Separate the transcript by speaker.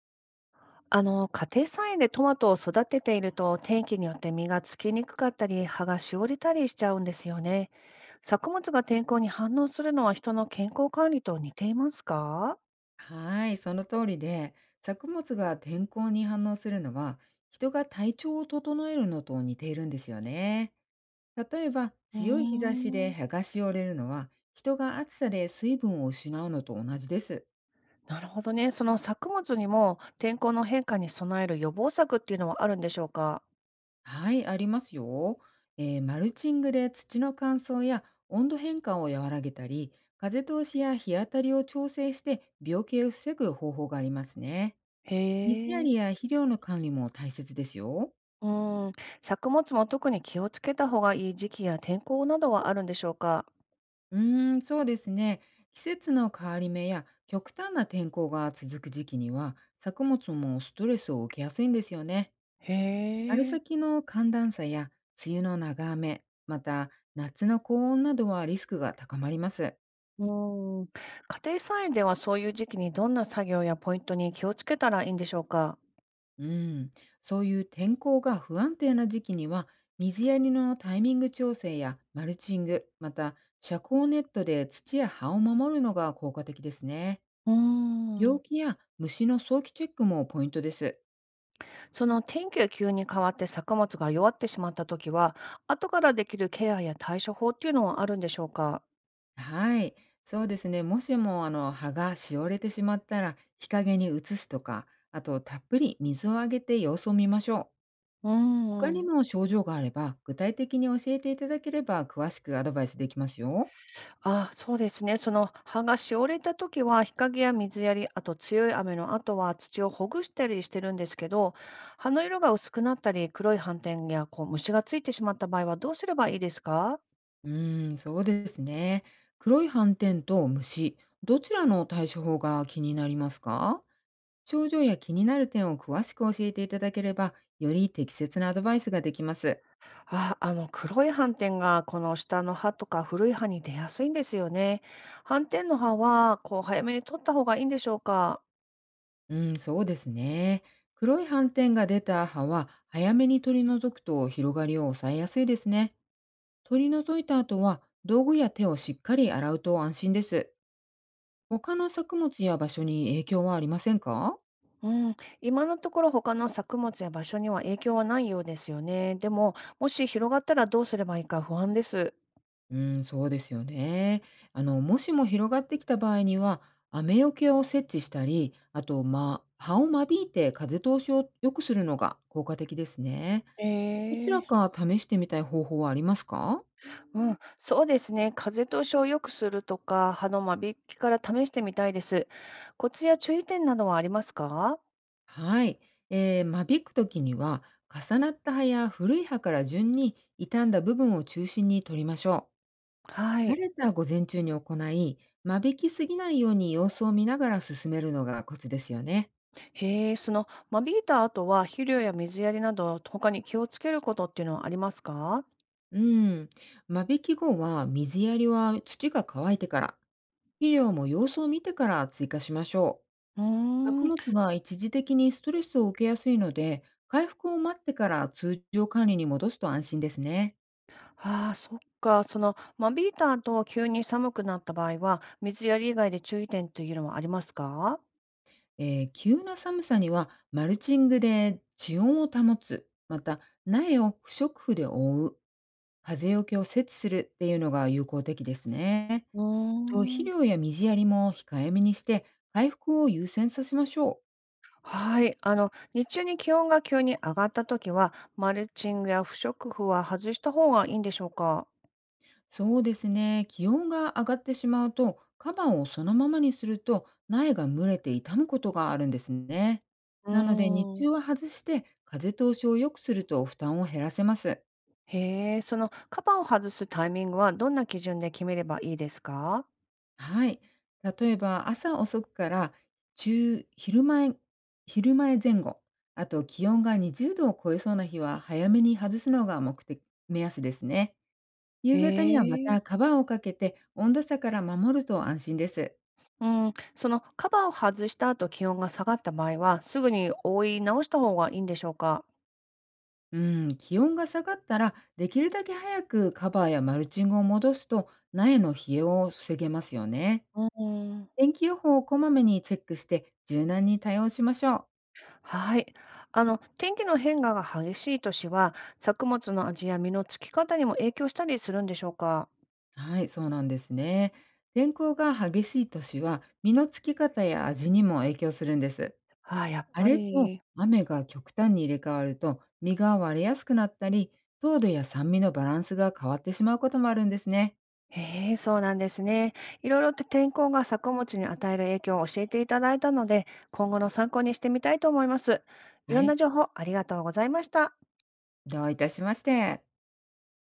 Speaker 1: 家庭菜園でトマトを育てていると、天気によって実がつきにくかったり、葉がしおれたりしちゃうんですよね。作物が天候に反応するのは人の健康管理と似ていますか？
Speaker 2: はい、その通りで、作物が天候に反応するのは、人が体調を整えるのと似ているんですよね。例えば、
Speaker 1: うー
Speaker 2: 強い日差しで
Speaker 1: ん、
Speaker 2: 葉がしおれるのは、人が暑さで水分を失うのと同じです。
Speaker 1: なるほどね。その作物にも天候の変化に備える予防策っていうのはあるんでしょうか？
Speaker 2: はい、ありますよ。マルチングで土の乾燥や温度変化を和らげたり、風通しや日当たりを調整して病気を防ぐ方法がありますね。水
Speaker 1: へ
Speaker 2: や
Speaker 1: え。
Speaker 2: りや肥料の管理も大切ですよ。
Speaker 1: うん、作物も特に気をつけた方がいい時期や天候などはあるんでしょうか？
Speaker 2: うーん、そうですね。季節の変わり目や極端な天候が続く時期には、作物もストレスを受けやすいんですよね。
Speaker 1: へ
Speaker 2: 春
Speaker 1: え。
Speaker 2: 先の寒暖差や梅雨の長雨、また夏の高温などはリスクが高まります。
Speaker 1: うーん、家庭菜園ではそういう時期にどんな作業やポイントに気をつけたらいいんでしょうか？
Speaker 2: うん、そういう天候が不安定な時期には、水やりのタイミング調整やマルチング、また遮光ネットで土や葉を守るのが効果的ですね。
Speaker 1: うー
Speaker 2: 病
Speaker 1: ん。
Speaker 2: 気や虫の早期チェックもポイントです。
Speaker 1: その天気が急に変わって作物が弱ってしまった時は、後からできるケアや対処法っていうのはあるんでしょうか？
Speaker 2: はい、そうですね。もしも葉がしおれてしまったら日陰に移すとか、あとたっぷり水をあげて様子を見ましょう。
Speaker 1: う
Speaker 2: 他
Speaker 1: ー
Speaker 2: に
Speaker 1: ん。
Speaker 2: も症状があれば具体的に教えていただければ詳しくアドバイスできますよ。
Speaker 1: あ、そうですね。その葉がしおれた時は日陰や水やり、あと強い雨の後は土をほぐしたりしてるんですけど、葉の色が薄くなったり、黒い斑点やこう虫がついてしまった場合はどうすればいいですか？
Speaker 2: うーん、そうですね。黒い斑点と虫、どちらの対処法が気になりますか？症状や気になる点を詳しく教えていただければ、より適切なアドバイスができます。
Speaker 1: あ、あの黒い斑点がこの下の歯とか古い歯に出やすいんですよね。斑点の歯はこう早めに取った方がいいんでしょうか。
Speaker 2: うん、そうですね。黒い斑点が出た葉は早めに取り除くと広がりを抑えやすいですね。取り除いた後は道具や手をしっかり洗うと安心です。他の作物や場所に影響はありませんか？
Speaker 1: うん、今のところ他の作物や場所には影響はないようですよね。でも、もし広がったらどうすればいいか不安です。
Speaker 2: うん、そうですよね。もしも広がってきた場合には、雨よけを設置したり、あと、まあ、葉を間引いて風通しを良くするのが効果的ですね。どちら
Speaker 1: え
Speaker 2: か
Speaker 1: え。
Speaker 2: 試してみたい方法はありますか？
Speaker 1: うん、そうですね。風通しを良くするとか、歯の間引きから試してみたいです。コツや注意点などはありますか？
Speaker 2: はい、間引くときには、重なった葉や古い葉から順に傷んだ部分を中心に取りましょう。
Speaker 1: は
Speaker 2: 晴
Speaker 1: い。
Speaker 2: れた午前中に行い、間引きすぎないように様子を見ながら進めるのがコツですよね。
Speaker 1: へえ、その、間引いた後は肥料や水やりなど、他に気をつけることっていうのはありますか？
Speaker 2: うん、間引き後は水やりは土が乾いてから、肥料も様子を見てから追加しましょ
Speaker 1: うー
Speaker 2: う。作
Speaker 1: ん、
Speaker 2: 物が一時的にストレスを受けやすいので、回復を待ってから通常管理に戻すと安心ですね。
Speaker 1: ああ、そっか。その、間引いた後、急に寒くなった場合は、水やり以外で注意点というのはありますか？
Speaker 2: 急な寒さにはマルチングで地温を保つ、また苗を不織布で覆う、風よけを設置するっていうのが有効的ですね。
Speaker 1: う
Speaker 2: あと
Speaker 1: ー
Speaker 2: 肥
Speaker 1: ん。
Speaker 2: 料や水やりも控えめにして、回復を優先させましょう。
Speaker 1: はい。あの、日中に気温が急に上がった時は、マルチングや不織布は外した方がいいんでしょうか？
Speaker 2: そうですね、気温が上がってしまうと、カバーをそのままにすると苗が蒸れて傷むことがあるんですね。
Speaker 1: う
Speaker 2: なので日
Speaker 1: ーん。
Speaker 2: 中は外して風通しを良くすると負担を減らせます。
Speaker 1: へえ、その、カバーを外すタイミングはどんな基準で決めればいいですか？
Speaker 2: はい。例えば朝遅くから中昼前昼前前後、あと気温が20度を超えそうな日は早めに外すのが目安ですね。
Speaker 1: へ
Speaker 2: 夕方にはま
Speaker 1: え。
Speaker 2: たカバーをかけて温度差から守ると安心です。
Speaker 1: うん、そのカバーを外した後、気温が下がった場合は、すぐに覆い直した方がいいんでしょうか？
Speaker 2: うん、気温が下がったらできるだけ早くカバーやマルチングを戻すと苗の冷えを防げますよね。
Speaker 1: うーん。
Speaker 2: 天気予報をこまめにチェックして柔軟に対応しましょう。
Speaker 1: はい。あの、天気の変化が激しい年は、作物の味や実のつき方にも影響したりするんでしょうか？
Speaker 2: はい、そうなんですね。天候が激しい年は、実のつき方や味にも影響するんです。
Speaker 1: ああ、やっぱ
Speaker 2: 晴れと
Speaker 1: り。
Speaker 2: 雨が極端に入れ替わると、実が割れやすくなったり、糖度や酸味のバランスが変わってしまうこともあるんですね。
Speaker 1: ええ、そうなんですね。いろいろと天候が作物に与える影響を教えていただいたので、今後の参考にしてみたいと思います。い
Speaker 2: は
Speaker 1: ろんな
Speaker 2: い、
Speaker 1: 情報ありがとうございました。
Speaker 2: どういたしまして。